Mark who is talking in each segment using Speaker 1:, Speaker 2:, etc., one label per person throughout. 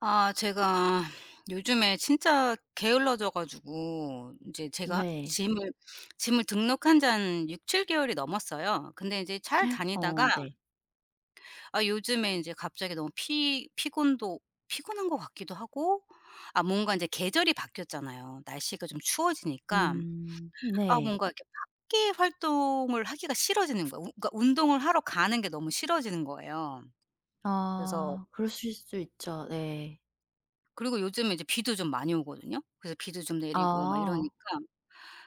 Speaker 1: 아, 제가 요즘에 진짜 게을러져 가지고 이제 제가
Speaker 2: 네.
Speaker 1: 짐을 등록한 지 한 6-7 개월이 넘었어요. 근데 이제 잘
Speaker 2: 어
Speaker 1: 다니다가
Speaker 2: 네.
Speaker 1: 아, 요즘에 이제 갑자기 너무 피 피곤도 피곤한 것 같기도 하고, 아 뭔가 이제 계절이 바뀌었잖아요. 날씨가 좀 추워지니까 아
Speaker 2: 네.
Speaker 1: 뭔가 이렇게 밖에 활동을 하기가 싫어지는 거예요. 그러니까 운동을 하러 가는 게 너무 싫어지는 거예요. 그래서.
Speaker 2: 아 그러실 수 있죠. 네.
Speaker 1: 그리고 요즘에 이제 비도 좀 많이 오거든요. 그래서 비도 좀 내리고 막
Speaker 2: 아.
Speaker 1: 이러니까,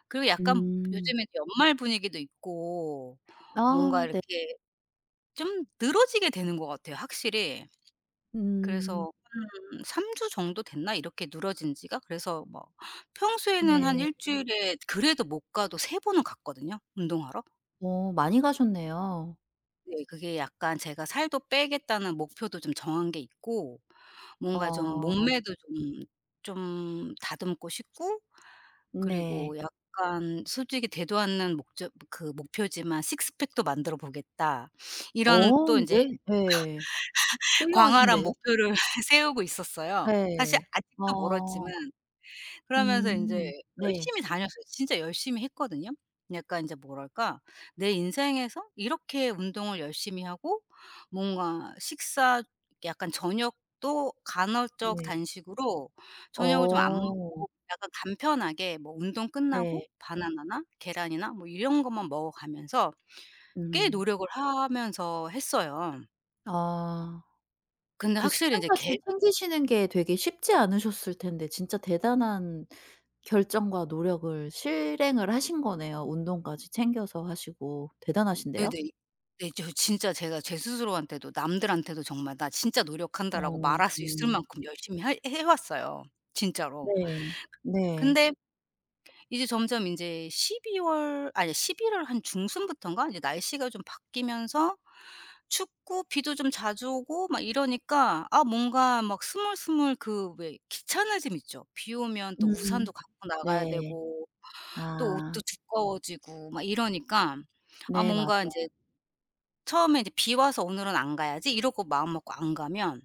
Speaker 1: 그리고 약간 요
Speaker 2: 음.
Speaker 1: 즘에 연말 분위기도 있고 뭔가
Speaker 2: 아 네.
Speaker 1: 이렇게 좀 늘어지게 되는 것 같아요, 확실히.
Speaker 2: 음
Speaker 1: 그래서 한 3주 정도 됐나, 이렇게 늘어진 지가? 그래서 뭐 평소에는 한
Speaker 2: 네.
Speaker 1: 일 주일에 그래도 못 가도 세 번은 갔거든요, 운동하러.
Speaker 2: 어 많이 가셨네요.
Speaker 1: 네, 그게 약간 제가 살도 빼겠다는 목표도 좀 정한 게 있고, 뭔가 좀
Speaker 2: 어
Speaker 1: 몸매도 좀 다듬고 싶고, 그리고
Speaker 2: 네.
Speaker 1: 약간 솔직히 되도 않는 목적, 그 목표지만, '식스팩도 만들어 보겠다.'
Speaker 2: 어
Speaker 1: 이런 또 인제
Speaker 2: 왜 예.
Speaker 1: 광활한
Speaker 2: 훌륭하신데요.
Speaker 1: 목표를 세우고 있었어요. 사실
Speaker 2: 예.
Speaker 1: 아직도 멀었지만,
Speaker 2: 어
Speaker 1: 그러면서 인제
Speaker 2: 네.
Speaker 1: 열심히 다녔어요. 진짜 열심히 했거든요. 약간 인제 뭐랄까, 내 인생에서 이렇게 운동을 열심히 하고, 뭔가 식사, 약간 저녁도 간헐적
Speaker 2: 네.
Speaker 1: 단식으로 저녁을 좀 안
Speaker 2: 어
Speaker 1: 먹고, 약간 간편하게 뭐 운동 끝나고
Speaker 2: 네.
Speaker 1: 바나나나 계란이나 뭐 이런 것만 먹어 가면서 꽤
Speaker 2: 음.
Speaker 1: 노력을 하면서 했어요.
Speaker 2: 아.
Speaker 1: 근데
Speaker 2: 그
Speaker 1: 확실히 인제 계
Speaker 2: 식단까지 챙기시는 게 되게 쉽지 않으셨을 텐데 진짜 대단한 결정과 노력을 실행을 하신 거네요. 운동까지 챙겨서 하시고
Speaker 1: 네네.
Speaker 2: 대단하신데요.
Speaker 1: 네. 저 진짜 제가 제 스스로한테도 남들한테도 정말 '나 진짜
Speaker 2: 어
Speaker 1: 노력한다.'라고 말할 수 있을
Speaker 2: 음.
Speaker 1: 만큼 열심히 할 해 왔어요. 진짜로.
Speaker 2: 네. 네.
Speaker 1: 근데 이제 점점 인제 12월, 아니 1일월 한 중순부턴가 이제 날씨가 좀 바뀌면서 춥고 비도 좀 자주 오고 막 이러니까, 아 뭔가 막 스물스물, 그 왜 귀찮아짐 있죠. 비 오면 또
Speaker 2: 음.
Speaker 1: 우산도 갖고 나가야
Speaker 2: 네.
Speaker 1: 되고 또
Speaker 2: 아.
Speaker 1: 옷도 두꺼워지고 막 이러니까, 아
Speaker 2: 네
Speaker 1: 뭔가
Speaker 2: 맞아요.
Speaker 1: 인제 처음에 이제 '비 와서 오늘은 안 가야지.' 이러고 마음먹고 안 가면,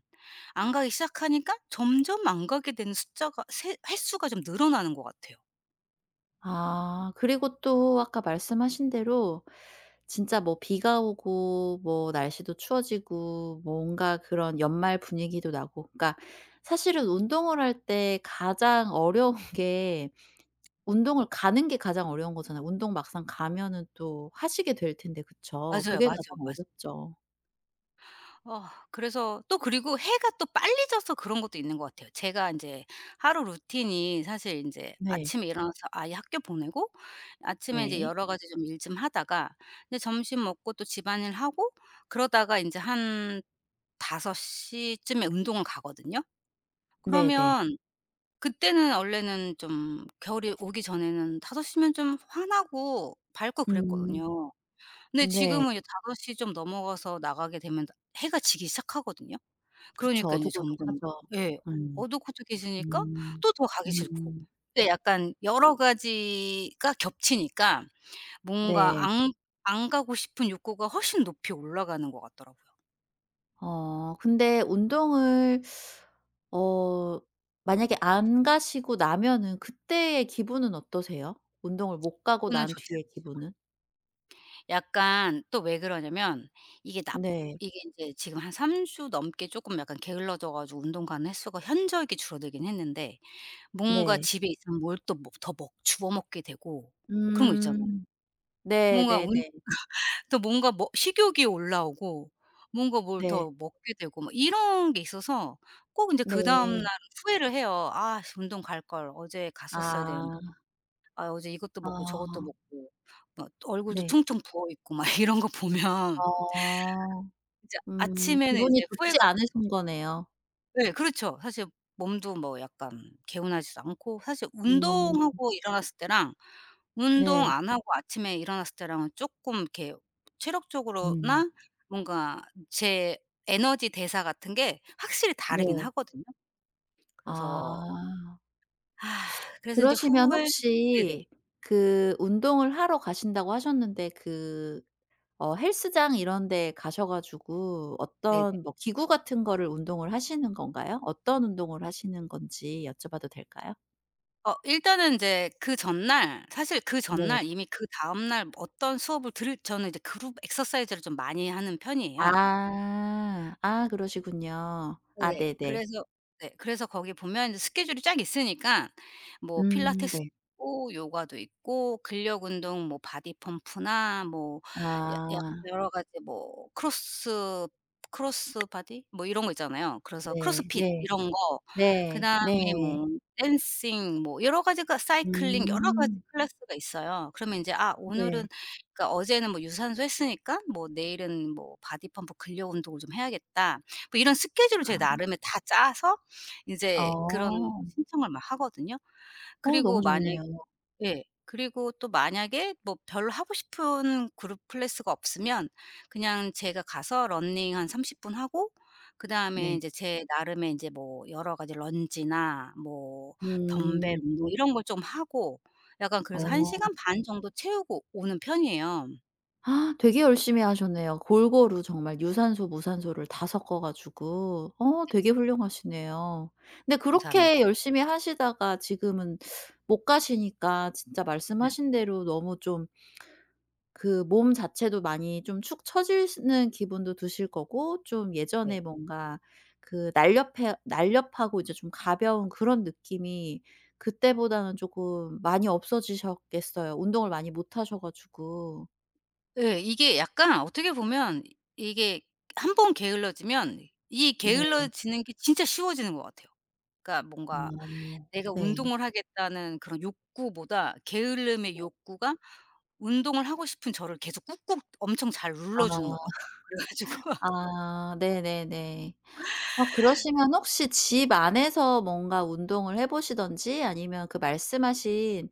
Speaker 1: 안 가기 시작하니까 점점 안 가게 되는 숫자가, 세 횟수가 좀 늘어나는 것 같아요.
Speaker 2: 아, 그리고 또 아까 말씀하신 대로 진짜 뭐 비가 오고 뭐 날씨도 추워지고 뭔가 그런 연말 분위기도 나고 그러니까 사실은 운동을 할 때 가장 어려운 게 운동을 가는 게 가장 어려운 거잖아요. 운동 막상 가면은 또 하시게 될 텐데 그쵸?
Speaker 1: 맞아요,
Speaker 2: 그게
Speaker 1: 맞아요,
Speaker 2: 가장
Speaker 1: 맞아요.
Speaker 2: 어렵죠.
Speaker 1: 어, 그래서 또, 그리고 해가 또 빨리 져서 그런 것도 있는 것 같아요. 제가 인제 하루 루틴이, 사실 인제
Speaker 2: 네.
Speaker 1: 아침에 일어나서 아이 학교 보내고, 아침에 이제
Speaker 2: 네.
Speaker 1: 여러 가지 좀 일 좀 하다가 이제 점심 먹고 또 집안일 하고, 그러다가 인제 한 5 시쯤에 운동을 가거든요.
Speaker 2: 네네.
Speaker 1: 그러면, 그때는 원래는 좀 겨울이 오기 전에는 5 시면 좀 환하고 밝고
Speaker 2: 음.
Speaker 1: 그랬거든요. 근데
Speaker 2: 네.
Speaker 1: 지금은 이제 5 시 좀 넘어가서 나가게 되면 해가 지기 시작하거든요.
Speaker 2: 그쵸.
Speaker 1: 그러니까 인제 점점,
Speaker 2: 어둑어둑하죠.
Speaker 1: 예,
Speaker 2: 음.
Speaker 1: 어둑어둑해지니까
Speaker 2: 음.
Speaker 1: 또 더 가기 싫고.
Speaker 2: 음.
Speaker 1: 근데 약간 여러 가지가 겹치니까 뭔가
Speaker 2: 네.
Speaker 1: 안 가고 싶은 욕구가 훨씬 높이 올라가는 것 같더라고요.
Speaker 2: 어 근데 운동을 어 만약에 안 가시고 나면은 그때의 기분은 어떠세요? 운동을 못 가고
Speaker 1: 기분은
Speaker 2: 난
Speaker 1: 좋지
Speaker 2: 뒤의
Speaker 1: 않죠.
Speaker 2: 기분은?
Speaker 1: 약간 또 왜 그러냐면, 이게 납
Speaker 2: 네.
Speaker 1: 이게 인제 지금 한 3주 넘게 쪼끔 약간 게을러져 가지고 운동 가는 횟수가 현저하게 줄어들긴 했는데, 뭔가
Speaker 2: 네.
Speaker 1: 집에 있으면 뭘, 또 뭐 더 먹 주워 먹게 되고, 그런 거 있잖아요.
Speaker 2: 음.
Speaker 1: 뭔가
Speaker 2: 네네네.
Speaker 1: 운
Speaker 2: 네.
Speaker 1: 또 뭔가 뭐 식욕이 올라오고 뭔가 뭘
Speaker 2: 네.
Speaker 1: 더 먹게 되고 막 이런 게 있어서 꼭 인제
Speaker 2: 네,
Speaker 1: 그다음 날
Speaker 2: 네.
Speaker 1: 후회를 해요. '아 씨 운동 갈 걸. 어제 갔었어야 되는데.
Speaker 2: 아.
Speaker 1: 아 어제 이것도 먹고 저것도
Speaker 2: 아.
Speaker 1: 먹고 막 얼굴도
Speaker 2: 네.
Speaker 1: 퉁퉁 부어 있고' 막 이런 거 보면
Speaker 2: 어.
Speaker 1: 이제 아침에는
Speaker 2: 기분이
Speaker 1: 이제 후회가.
Speaker 2: 좋지 않으신 거네요.
Speaker 1: 네, 그렇죠. 사실 몸도 뭐 약간 개운하지도 않고, 사실
Speaker 2: 음.
Speaker 1: 운동하고 일어났을 때랑 운동
Speaker 2: 네.
Speaker 1: 안 하고 아침에 일어났을 때랑은 쪼끔 이렇게
Speaker 2: 음.
Speaker 1: 체력적으로나, 뭔가 제 에너지 대사 같은 게 확실히 다르긴
Speaker 2: 네.
Speaker 1: 하거든요. 그래서,
Speaker 2: 아.
Speaker 1: 아, 그래서 인제
Speaker 2: 그러시면
Speaker 1: 후회. 네네.
Speaker 2: 혹시 그 운동을 하러 가신다고 하셨는데 그 어 헬스장 이런 데 가셔 가지고
Speaker 1: 네네.
Speaker 2: 어떤 뭐 기구 같은 거를 운동을 하시는 건가요? 어떤 운동을 하시는 건지 여쭤봐도 될까요?
Speaker 1: 어, 일단은 인제 그 전날, 사실 그
Speaker 2: 네.
Speaker 1: 전날 이미 그다음 날 어떤 수업을 들을, 저는 이제 그룹 exercise를 좀 많이 하는 편이에요.
Speaker 2: 아. 아 그러시군요. 아
Speaker 1: 네,
Speaker 2: 네네.
Speaker 1: 그래서. 네, 그래서 거기 보면 이제 스케줄이 쫙 있으니까, 뭐 필라테스도
Speaker 2: 네.
Speaker 1: 있고 요가도 있고 근력 운동 뭐 바디 펌프나 뭐, 야 약
Speaker 2: 아
Speaker 1: 여러 가지 뭐 크로스 바디 뭐 이런 거 있잖아요. 그래서
Speaker 2: 네.
Speaker 1: 크로스핏
Speaker 2: 네.
Speaker 1: 이런 거,
Speaker 2: 네.
Speaker 1: 그다음에
Speaker 2: 네.
Speaker 1: 뭐 댄싱 뭐 여러 가지가, 사이클링, 여러 가지
Speaker 2: 음
Speaker 1: 클래스가 있어요. 그러면 인제, 아 오늘은,
Speaker 2: 네.
Speaker 1: 그러니까 어제는 뭐 유산소 했으니까 뭐 '내일은 뭐 바디 펌프, 근력 운동을 좀 해야겠다.' 뭐 이런 스케줄을 제 나름의 다 짜서
Speaker 2: 아.
Speaker 1: 인제 그런
Speaker 2: 어.
Speaker 1: 신청을 막 하거든요.
Speaker 2: 어
Speaker 1: 그리고
Speaker 2: 너무
Speaker 1: 만약에.
Speaker 2: 좋네요.
Speaker 1: 예. 그리고 또 만약에 뭐 별로 하고 싶은 그룹 클래스가 없으면, 그냥 제가 가서 러닝 한 30분 하고, 그다음에
Speaker 2: 네.
Speaker 1: 인제 제 나름의, 인제 뭐 여러 가지 런지나 뭐 덤벨
Speaker 2: 음.
Speaker 1: 운동 이런 걸 좀 하고, 약간 그래서 한
Speaker 2: 어.
Speaker 1: 시간 반 정도 채우고 오는 편이에요.
Speaker 2: 아 되게 열심히 하셨네요. 골고루 정말 유산소, 무산소를 다 섞어 가지고. 어 되게 훌륭하시네요. 근데
Speaker 1: 감사합니다.
Speaker 2: 그렇게 열심히 하시다가 지금은 못 가시니까 진짜
Speaker 1: 네.
Speaker 2: 말씀하신 대로 너무 좀 그 몸 자체도 많이 좀 축 처지는 기분도 드실 거고 좀
Speaker 1: 네.
Speaker 2: 예전에 뭔가 그 날렵해 날렵하고 이제 좀 가벼운 그런 느낌이 그때보다는 쪼끔 많이 없어지셨겠어요, 운동을 많이 못 하셔 가지고.
Speaker 1: 예. 이게 약간 어떻게 보면, 이게 한번 게을러지면 이
Speaker 2: 네.
Speaker 1: 게을러지는 게 진짜 쉬워지는 것 같아요. 그러니까 뭔가
Speaker 2: 음.
Speaker 1: 내가
Speaker 2: 네.
Speaker 1: 운동을 하겠다는 그런 욕구보다 게으름의
Speaker 2: 네.
Speaker 1: 욕구가, 운동을 하고 싶은 저를 계속 꾹꾹 엄청 잘 눌러주는 것
Speaker 2: 아.
Speaker 1: 같아요. 그래 가지고,
Speaker 2: 아 네네네. 어 그러시면 혹시 집 안에서 뭔가 운동을 해 보시든지 아니면 그 말씀하신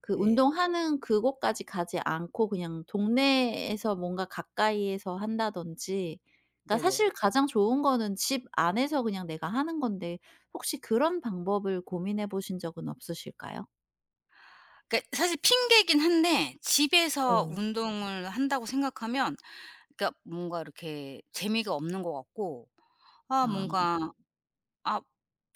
Speaker 2: 그
Speaker 1: 예.
Speaker 2: 운동하는 그곳까지 가지 않고 그냥 동네에서 뭔가 가까이에서 한다든지, 그러니까
Speaker 1: 네네.
Speaker 2: 사실 가장 좋은 거는 집 안에서 그냥 내가 하는 건데 혹시 그런 방법을 고민해 보신 적은 없으실까요?
Speaker 1: 그러니까 사실 핑계이긴 한데, 집에서
Speaker 2: 네.
Speaker 1: 운동을 한다고 생각하면, 그러니까 뭔가 이렇게 재미가 없는 것 같고, 아
Speaker 2: 아.
Speaker 1: 뭔가, 아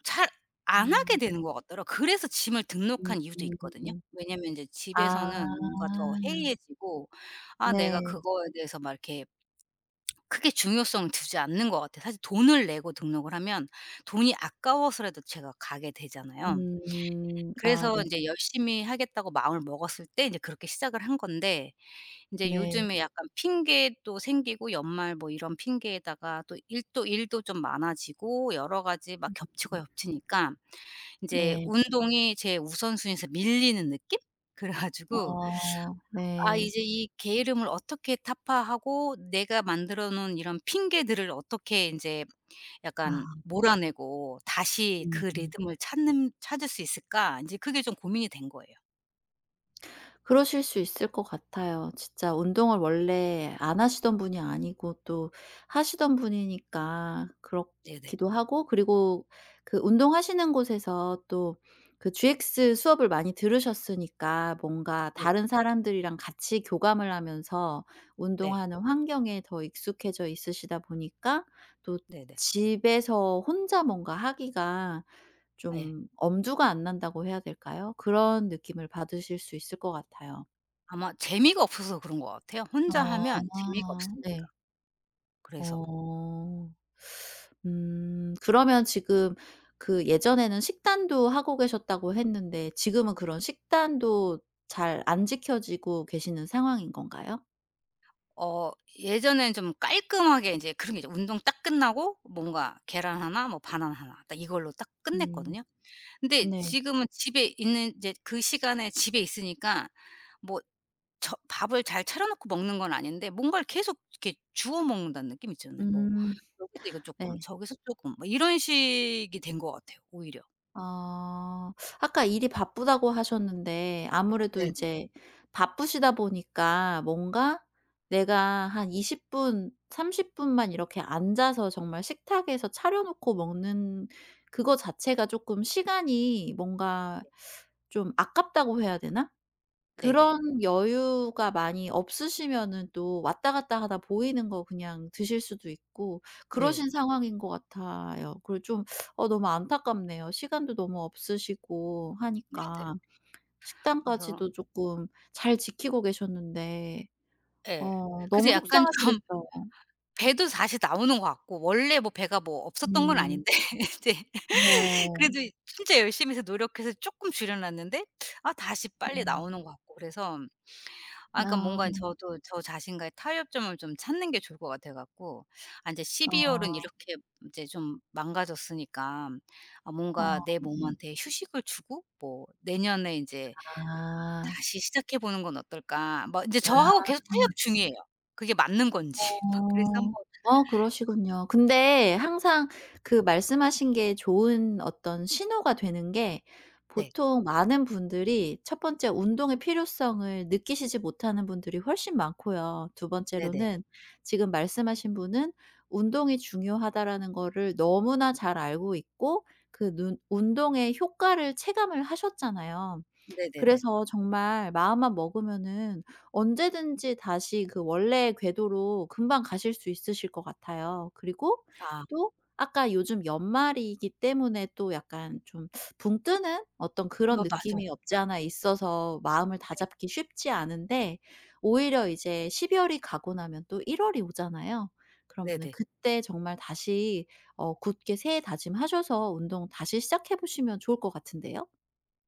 Speaker 1: 잘 안 하게
Speaker 2: 음.
Speaker 1: 되는 것 같더라. 그래서 짐을 등록한 이유도 있거든요.
Speaker 2: 음음.
Speaker 1: 왜냐면 인제
Speaker 2: 아.
Speaker 1: 집에서는 뭔가 더 해이해지고, 아 내가
Speaker 2: 네.
Speaker 1: 그거에 대해서 막 이렇게 크게 중요성을 두지 않는 것 같아요. 사실 돈을 내고 등록을 하면, 돈이 아까워서라도 제가 가게 되잖아요.
Speaker 2: 음. 아
Speaker 1: 그래서
Speaker 2: 네.
Speaker 1: 인제 열심히 하겠다고 마음을 먹었을 때 인제 그렇게 시작을 한 건데, 인제
Speaker 2: 네.
Speaker 1: 요즘에 약간 핑계도 생기고 연말 뭐 이런 핑계에다가 또 일도 좀 많아지고 여러 가지 막 겹치고 겹치니까, 이제
Speaker 2: 네.
Speaker 1: 운동이 제 우선순위에서 밀리는 느낌? 그래 가지고,
Speaker 2: 어
Speaker 1: '아
Speaker 2: 네.
Speaker 1: 이제 이 게으름을 어떻게 타파하고, 내가 만들어 놓은 이런 핑계들을 어떻게 인제 약간
Speaker 2: 아.
Speaker 1: 몰아내고, 다시 그
Speaker 2: 음.
Speaker 1: 리듬을 찾는 찾을 수 있을까?' 인제 그게 좀 고민이 된 거예요.
Speaker 2: 그러실 수 있을 것 같아요. 진짜 운동을 원래 안 하시던 분이 아니고 또 하시던 분이니까
Speaker 1: 네네.
Speaker 2: 그렇기도 하고, 그리고 그 운동하시는 곳에서 또 그 GX 수업을 많이 들으셨으니까 뭔가
Speaker 1: 네네.
Speaker 2: 다른 사람들이랑 같이 교감을 하면서
Speaker 1: 네.
Speaker 2: 운동하는 환경에 더 익숙해져 있으시다 보니까 또
Speaker 1: 네네.
Speaker 2: 집에서 혼자 뭔가 하기가
Speaker 1: 아, 예.
Speaker 2: 좀 엄두가 안 난다고 해야 될까요? 그런 느낌을 받으실 수 있을 것 같아요.
Speaker 1: 아마 재미가 없어서 그런 것 같아요. 혼자 하면 재미가
Speaker 2: 아
Speaker 1: 없으니까.
Speaker 2: 네.
Speaker 1: 그래서.
Speaker 2: 어. 그러면 지금 그 예전에는 식단도 하고 계셨다고 했는데 지금은 그런 식단도 잘 안 지켜지고 계시는 상황인 건가요?
Speaker 1: 어, 예전엔 좀 깔끔하게 인제 그런 게 있죠. 운동 딱 끝나고 뭔가 계란 하나, 뭐 바나나 하나, 딱 이걸로 딱
Speaker 2: 음.
Speaker 1: 끝냈거든요. 근데
Speaker 2: 네.
Speaker 1: 지금은 집에 있는 이제 그 시간에 집에 있으니까, 뭐 저 밥을 잘 차려 놓고 먹는 건 아닌데 뭔가를 계속 이렇게 주워 먹는다는 느낌 있잖아요. 뭐
Speaker 2: 음.
Speaker 1: 여기서 이거
Speaker 2: 네.
Speaker 1: 쪼끔 저기서 쪼끔 뭐 이런 식이 된 것 같아요, 오히려.
Speaker 2: 아. 아까 일이 바쁘다고 하셨는데 아무래도
Speaker 1: 네.
Speaker 2: 이제 바쁘시다 보니까 뭔가 내가 한 20 분, 30 분만 이렇게 앉아서 정말 식탁에서 차려 놓고 먹는 그거 자체가 조금 시간이 뭔가 좀 아깝다고 해야 되나?
Speaker 1: 네네.
Speaker 2: 그런 여유가 많이 없으시면은 또 왔다 갔다 하다 보이는 거 그냥 드실 수도 있고
Speaker 1: 네.
Speaker 2: 그러신 상황인 것 같아요. 그리고 좀 어 너무 안타깝네요. 시간도 너무 없으시고
Speaker 1: 네네.
Speaker 2: 하니까
Speaker 1: 그래서.
Speaker 2: 식단까지도 쪼끔 잘 지키고 계셨는데
Speaker 1: 예.
Speaker 2: 어
Speaker 1: 그래서
Speaker 2: 너무
Speaker 1: 약간 좀
Speaker 2: 속상하시겠어요.
Speaker 1: 배도 다시 나오는 것 같고, 원래 뭐 배가 뭐 없었던 건
Speaker 2: 음.
Speaker 1: 아닌데 이제
Speaker 2: 네.
Speaker 1: 그래도 진짜 열심히 해서 노력해서 조금 줄여놨는데, 아 다시 빨리 나오는 것 같고, 그래서 아 그러니까
Speaker 2: 아.
Speaker 1: 뭔가 저도 저 자신과의 타협점을 좀 찾는 게 좋을 것 같아 갖고, 아제12 월은
Speaker 2: 아.
Speaker 1: 이렇게 이제 좀 망가졌으니까, 아
Speaker 2: 아
Speaker 1: 뭔가 내
Speaker 2: 네.
Speaker 1: 몸한테 휴식을 주고 뭐 '내년에 이제
Speaker 2: 아.
Speaker 1: 다시 시작해 보는 건 어떨까?' 막 이제
Speaker 2: 아.
Speaker 1: 저하고 계속 타협 중이에요. 그게 맞는 건지 막, 그래서
Speaker 2: 어.
Speaker 1: 한번.
Speaker 2: 어 그러시군요. 근데 항상 그 말씀하신 게 좋은 어떤 신호가 되는 게,
Speaker 1: 네.
Speaker 2: 보통 많은 분들이 첫 번째 운동의 필요성을 느끼시지 못하는 분들이 훨씬 많고요. 두
Speaker 1: 네네.
Speaker 2: 번째로는 지금 말씀하신 분은 "운동이 중요하다."라는 거를 너무나 잘 알고 있고 그 눈 운동의 효과를 체감을 하셨잖아요.
Speaker 1: 네네네.
Speaker 2: 그래서 정말 마음만 먹으면은 언제든지 다시 그 원래의 궤도로 금방 가실 수 있으실 것 같아요. 그리고
Speaker 1: 아.
Speaker 2: 또 아까 요즘 연말이기 때문에 또 약간 좀 붕 뜨는 어떤 그런
Speaker 1: 그거 맞아요.
Speaker 2: 느낌이 없지 않아 있어서 마음을
Speaker 1: 네.
Speaker 2: 다잡기 쉽지 않은데, 오히려 이제 12 월이 가고 나면 또 1 월이 오잖아요. 그러면은
Speaker 1: 네네.
Speaker 2: 그때 정말 다시 어 굳게 새해 다짐하셔서 운동 다시 시작해 보시면 좋을 것 같은데요?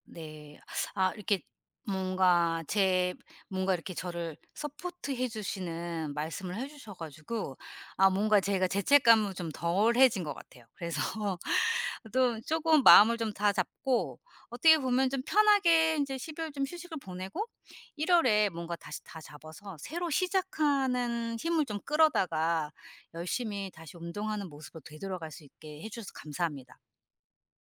Speaker 1: 네. 아 이렇게 뭔가 제, 뭔가 이렇게 저를 서포트해 주시는 말씀을 해 주셔 가지고 아 뭔가 제가 죄책감은 좀 덜해진 것 같아요. 그래서 또 조금 마음을 좀 다잡고, 어떻게 보면 좀 편하게 이제12월 좀 휴식을 보내고, 1 월에 뭔가 다시 다잡아서 새로 시작하는 힘을 좀 끌어다가 열심히 다시 운동하는 모습으로 되돌아갈 수 있게 해 주셔서 감사합니다.